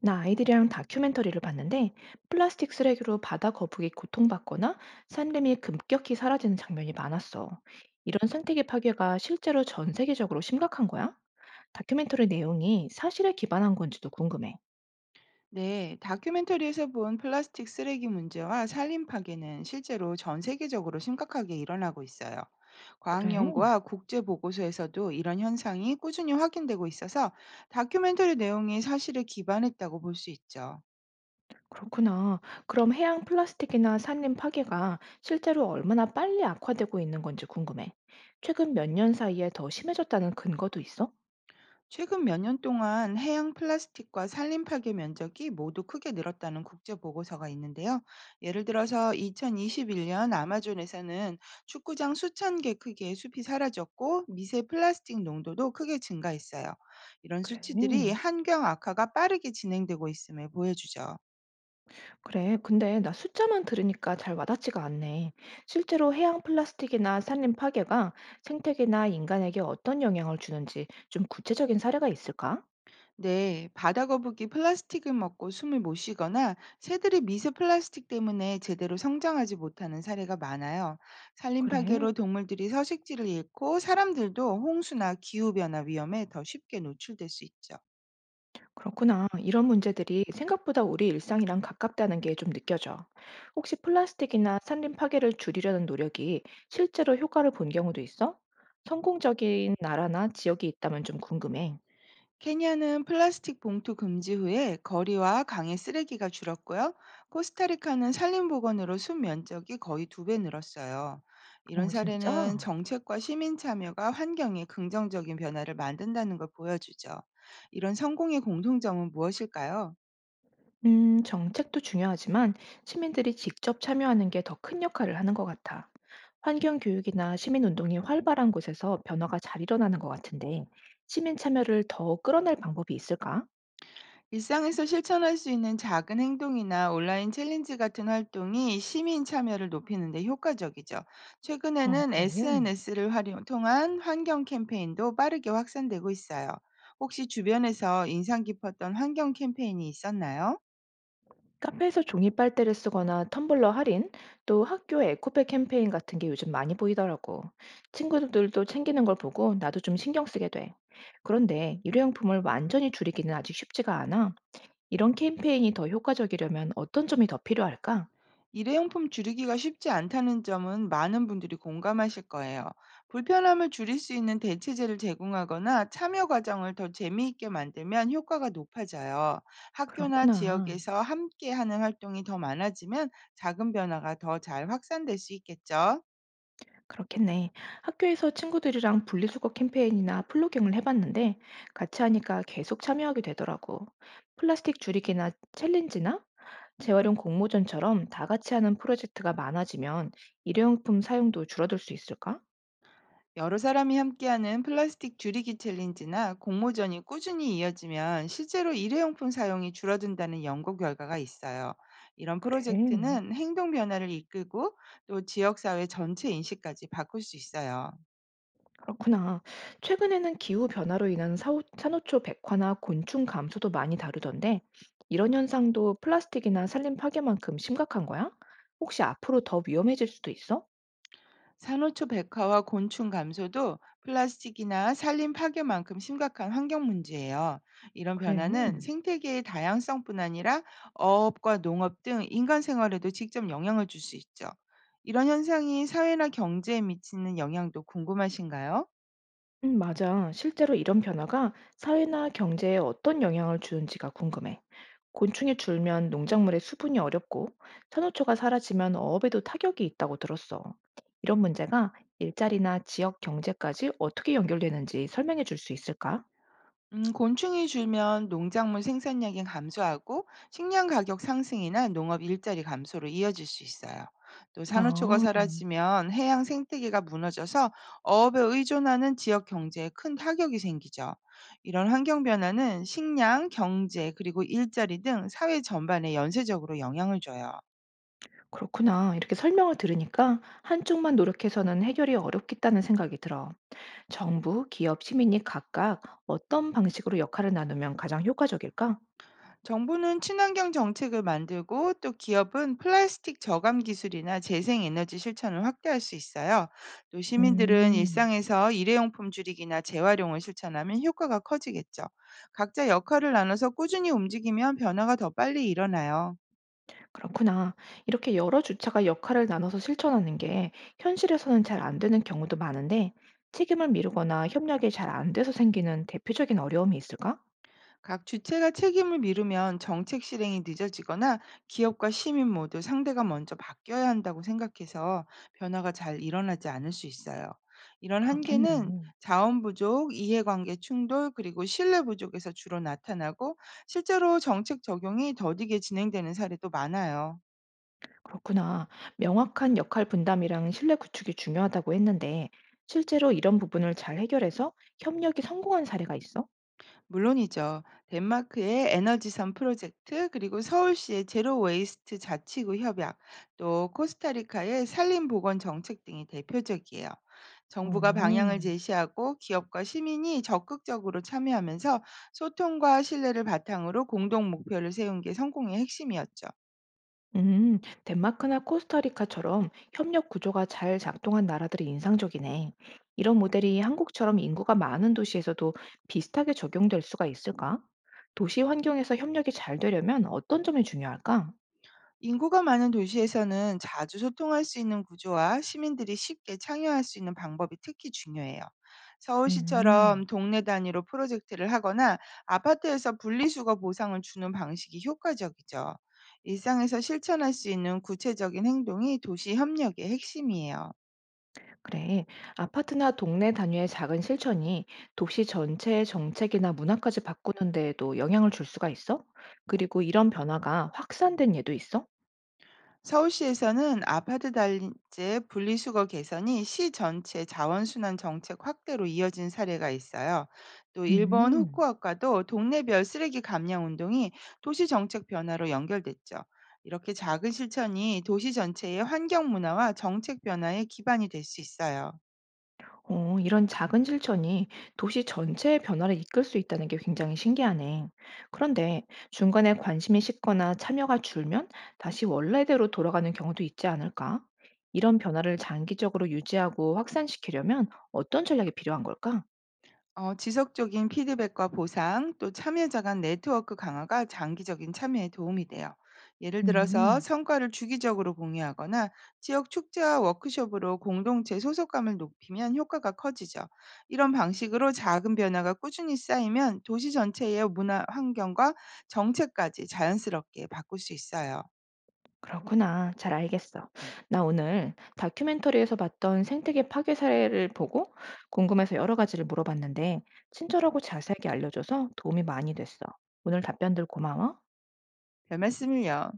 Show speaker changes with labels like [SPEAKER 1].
[SPEAKER 1] 나 아이들이랑 다큐멘터리를 봤는데 플라스틱 쓰레기로 바다 거북이 고통받거나 산림이 급격히 사라지는 장면이 많았어. 이런 생태계 파괴가 실제로 전 세계적으로 심각한 거야? 다큐멘터리 내용이 사실에 기반한 건지도 궁금해.
[SPEAKER 2] 네, 다큐멘터리에서 본 플라스틱 쓰레기 문제와 산림 파괴는 실제로 전 세계적으로 심각하게 일어나고 있어요. 과학
[SPEAKER 1] 그래,
[SPEAKER 2] 연구와 국제 보고서에서도 이런 현상이 꾸준히 확인되고 있어서 다큐멘터리 내용이 사실에 기반했다고 볼 수 있죠.
[SPEAKER 1] 그렇구나. 그럼 해양 플라스틱이나 산림 파괴가 실제로 얼마나 빨리 악화되고 있는 건지 궁금해. 최근 몇 년 사이에 더 심해졌다는 근거도 있어?
[SPEAKER 2] 최근 몇 년 동안 해양 플라스틱과 산림 파괴 면적이 모두 크게 늘었다는 국제 보고서가 있는데요. 예를 들어서 2021년 아마존에서는 축구장 수천 개 크기의 숲이 사라졌고 미세 플라스틱 농도도 크게 증가했어요. 이런
[SPEAKER 1] 그래.
[SPEAKER 2] 수치들이 환경 악화가 빠르게 진행되고 있음을 보여주죠.
[SPEAKER 1] 그래, 근데 나 숫자만 들으니까 잘 와닿지가 않네. 실제로 해양 플라스틱이나 산림 파괴가 생태계나 인간에게 어떤 영향을 주는지 좀 구체적인 사례가 있을까?
[SPEAKER 2] 네, 바다거북이 플라스틱을 먹고 숨을 못 쉬거나 새들이 미세 플라스틱 때문에 제대로 성장하지 못하는 사례가 많아요. 산림
[SPEAKER 1] 그래,
[SPEAKER 2] 파괴로 동물들이 서식지를 잃고 사람들도 홍수나 기후변화 위험에 더 쉽게 노출될 수 있죠.
[SPEAKER 1] 그렇구나. 이런 문제들이 생각보다 우리 일상이랑 가깝다는 게 좀 느껴져. 혹시 플라스틱이나 산림 파괴를 줄이려는 노력이 실제로 효과를 본 경우도 있어? 성공적인 나라나 지역이 있다면 좀 궁금해.
[SPEAKER 2] 케냐는 플라스틱 봉투 금지 후에 거리와 강의 쓰레기가 줄었고요. 코스타리카는 산림보건으로 순면적이 거의 두 배 늘었어요. 이런
[SPEAKER 1] 어,
[SPEAKER 2] 사례는
[SPEAKER 1] 진짜?
[SPEAKER 2] 정책과 시민 참여가 환경에 긍정적인 변화를 만든다는 걸 보여주죠. 이런 성공의 공통점은 무엇일까요?
[SPEAKER 1] 정책도 중요하지만 시민들이 직접 참여하는 게 더 큰 역할을 하는 것 같아. 환경 교육이나 시민 운동이 활발한 곳에서 변화가 잘 일어나는 것 같은데, 시민 참여를 더 끌어낼 방법이 있을까?
[SPEAKER 2] 일상에서 실천할 수 있는 작은 행동이나 온라인 챌린지 같은 활동이 시민 참여를 높이는 데 효과적이죠.
[SPEAKER 1] 어,
[SPEAKER 2] 최근에는
[SPEAKER 1] 그래.
[SPEAKER 2] SNS를 활용 통한 환경 캠페인도 빠르게 확산되고 있어요. 혹시 주변에서 인상 깊었던 환경 캠페인이 있었나요?
[SPEAKER 1] 카페에서 종이 빨대를 쓰거나 텀블러 할인, 또 학교 에코백 캠페인 같은 게 요즘 많이 보이더라고. 친구들도 챙기는 걸 보고 나도 좀 신경 쓰게 돼. 그런데 일회용품을 완전히 줄이기는 아직 쉽지가 않아. 이런 캠페인이 더 효과적이려면 어떤 점이 더 필요할까?
[SPEAKER 2] 일회용품 줄이기가 쉽지 않다는 점은 많은 분들이 공감하실 거예요. 불편함을 줄일 수 있는 대체제를 제공하거나 참여 과정을 더 재미있게 만들면 효과가 높아져요. 학교나
[SPEAKER 1] 그렇구나.
[SPEAKER 2] 지역에서 함께 하는 활동이 더 많아지면 작은 변화가 더 잘 확산될 수 있겠죠.
[SPEAKER 1] 그렇겠네. 학교에서 친구들이랑 분리수거 캠페인이나 플로깅을 해봤는데 같이 하니까 계속 참여하게 되더라고. 플라스틱 줄이기나 챌린지나 재활용 공모전처럼 다 같이 하는 프로젝트가 많아지면 일회용품 사용도 줄어들 수 있을까?
[SPEAKER 2] 여러 사람이 함께하는 플라스틱 줄이기 챌린지나 공모전이 꾸준히 이어지면 실제로 일회용품 사용이 줄어든다는 연구 결과가 있어요. 이런
[SPEAKER 1] 그래.
[SPEAKER 2] 프로젝트는 행동 변화를 이끌고 또 지역사회 전체 인식까지 바꿀 수 있어요.
[SPEAKER 1] 그렇구나. 최근에는 기후 변화로 인한 산호초 백화나 곤충 감소도 많이 다루던데, 이런 현상도 플라스틱이나 산림 파괴만큼 심각한 거야? 혹시 앞으로 더 위험해질 수도 있어?
[SPEAKER 2] 산호초 백화와 곤충 감소도 플라스틱이나 산림 파괴만큼 심각한 환경 문제예요. 이런 변화는
[SPEAKER 1] 그래.
[SPEAKER 2] 생태계의 다양성뿐 아니라 어업과 농업 등 인간 생활에도 직접 영향을 줄 수 있죠. 이런 현상이 사회나 경제에 미치는 영향도 궁금하신가요?
[SPEAKER 1] 맞아. 실제로 이런 변화가 사회나 경제에 어떤 영향을 주는지가 궁금해. 곤충이 줄면 농작물의 수분이 어렵고, 산호초가 사라지면 어업에도 타격이 있다고 들었어. 이런 문제가 일자리나 지역 경제까지 어떻게 연결되는지 설명해 줄 수 있을까?
[SPEAKER 2] 곤충이 줄면 농작물 생산량이 감소하고 식량 가격 상승이나 농업 일자리 감소로 이어질 수 있어요. 또 산호초가
[SPEAKER 1] 아
[SPEAKER 2] 사라지면 해양 생태계가 무너져서 어업에 의존하는 지역 경제에 큰 타격이 생기죠. 이런 환경 변화는 식량, 경제, 그리고 일자리 등 사회 전반에 연쇄적으로 영향을 줘요.
[SPEAKER 1] 그렇구나. 이렇게 설명을 들으니까 한쪽만 노력해서는 해결이 어렵겠다는 생각이 들어. 정부, 기업, 시민이 각각 어떤 방식으로 역할을 나누면 가장 효과적일까?
[SPEAKER 2] 정부는 친환경 정책을 만들고 또 기업은 플라스틱 저감 기술이나 재생 에너지 실천을 확대할 수 있어요. 또 시민들은
[SPEAKER 1] 음.
[SPEAKER 2] 일상에서 일회용품 줄이기나 재활용을 실천하면 효과가 커지겠죠. 각자 역할을 나눠서 꾸준히 움직이면 변화가 더 빨리 일어나요.
[SPEAKER 1] 그렇구나. 이렇게 여러 주체가 역할을 나눠서 실천하는 게 현실에서는 잘 안 되는 경우도 많은데 책임을 미루거나 협력이 잘 안 돼서 생기는 대표적인 어려움이 있을까?
[SPEAKER 2] 각 주체가 책임을 미루면 정책 실행이 늦어지거나 기업과 시민 모두 상대가 먼저 바뀌어야 한다고 생각해서 변화가 잘 일어나지 않을 수 있어요. 이런
[SPEAKER 1] 그렇겠네.
[SPEAKER 2] 한계는 자원 부족, 이해관계 충돌, 그리고 신뢰 부족에서 주로 나타나고 실제로 정책 적용이 더디게 진행되는 사례도 많아요.
[SPEAKER 1] 그렇구나. 명확한 역할 분담이랑 신뢰 구축이 중요하다고 했는데, 실제로 이런 부분을 잘 해결해서 협력이 성공한 사례가 있어?
[SPEAKER 2] 물론이죠. 덴마크의 에너지선 프로젝트, 그리고 서울시의 제로 웨이스트 자치구 협약, 또 코스타리카의 산림 보건 정책 등이 대표적이에요. 정부가 방향을
[SPEAKER 1] 어,
[SPEAKER 2] 제시하고 기업과 시민이 적극적으로 참여하면서 소통과 신뢰를 바탕으로 공동 목표를 세운 게 성공의 핵심이었죠.
[SPEAKER 1] 음, 덴마크나 코스타리카처럼 협력 구조가 잘 작동한 나라들이 인상적이네. 이런 모델이 한국처럼 인구가 많은 도시에서도 비슷하게 적용될 수가 있을까? 도시 환경에서 협력이 잘 되려면 어떤 점이 중요할까?
[SPEAKER 2] 인구가 많은 도시에서는 자주 소통할 수 있는 구조와 시민들이 쉽게 참여할 수 있는 방법이 특히 중요해요.
[SPEAKER 1] 음.
[SPEAKER 2] 서울시처럼 동네 단위로 프로젝트를 하거나 아파트에서 분리수거 보상을 주는 방식이 효과적이죠. 일상에서 실천할 수 있는 구체적인 행동이 도시 협력의 핵심이에요.
[SPEAKER 1] 그래, 아파트나 동네 단위의 작은 실천이 도시 전체의 정책이나 문화까지 바꾸는 데에도 영향을 줄 수가 있어? 그리고 이런 변화가 확산된 예도 있어?
[SPEAKER 2] 서울시에서는 아파트 단지 분리수거 개선이 시 전체 자원순환 정책 확대로 이어진 사례가 있어요. 또 일본
[SPEAKER 1] 음,
[SPEAKER 2] 후쿠오카도 동네별 쓰레기 감량 운동이 도시 정책 변화로 연결됐죠. 이렇게 작은 실천이 도시 전체의 환경 문화와 정책 변화의 기반이 될 수 있어요.
[SPEAKER 1] 어, 이런 작은 실천이 도시 전체의 변화를 이끌 수 있다는 게 굉장히 신기하네. 그런데 중간에 관심이 식거나 참여가 줄면 다시 원래대로 돌아가는 경우도 있지 않을까? 이런 변화를 장기적으로 유지하고 확산시키려면 어떤 전략이 필요한 걸까?
[SPEAKER 2] 어, 지속적인 피드백과 보상, 또 참여자 간 네트워크 강화가 장기적인 참여에 도움이 돼요. 예를 들어서
[SPEAKER 1] 음.
[SPEAKER 2] 성과를 주기적으로 공유하거나 지역 축제와 워크숍으로 공동체 소속감을 높이면 효과가 커지죠. 이런 방식으로 작은 변화가 꾸준히 쌓이면 도시 전체의 문화 환경과 정책까지 자연스럽게 바꿀 수 있어요.
[SPEAKER 1] 그렇구나. 잘 알겠어. 음. 나 오늘 다큐멘터리에서 봤던 생태계 파괴 사례를 보고 궁금해서 여러 가지를 물어봤는데, 친절하고 자세하게 알려줘서 도움이 많이 됐어. 오늘 답변들 고마워.
[SPEAKER 2] 별 말씀을요.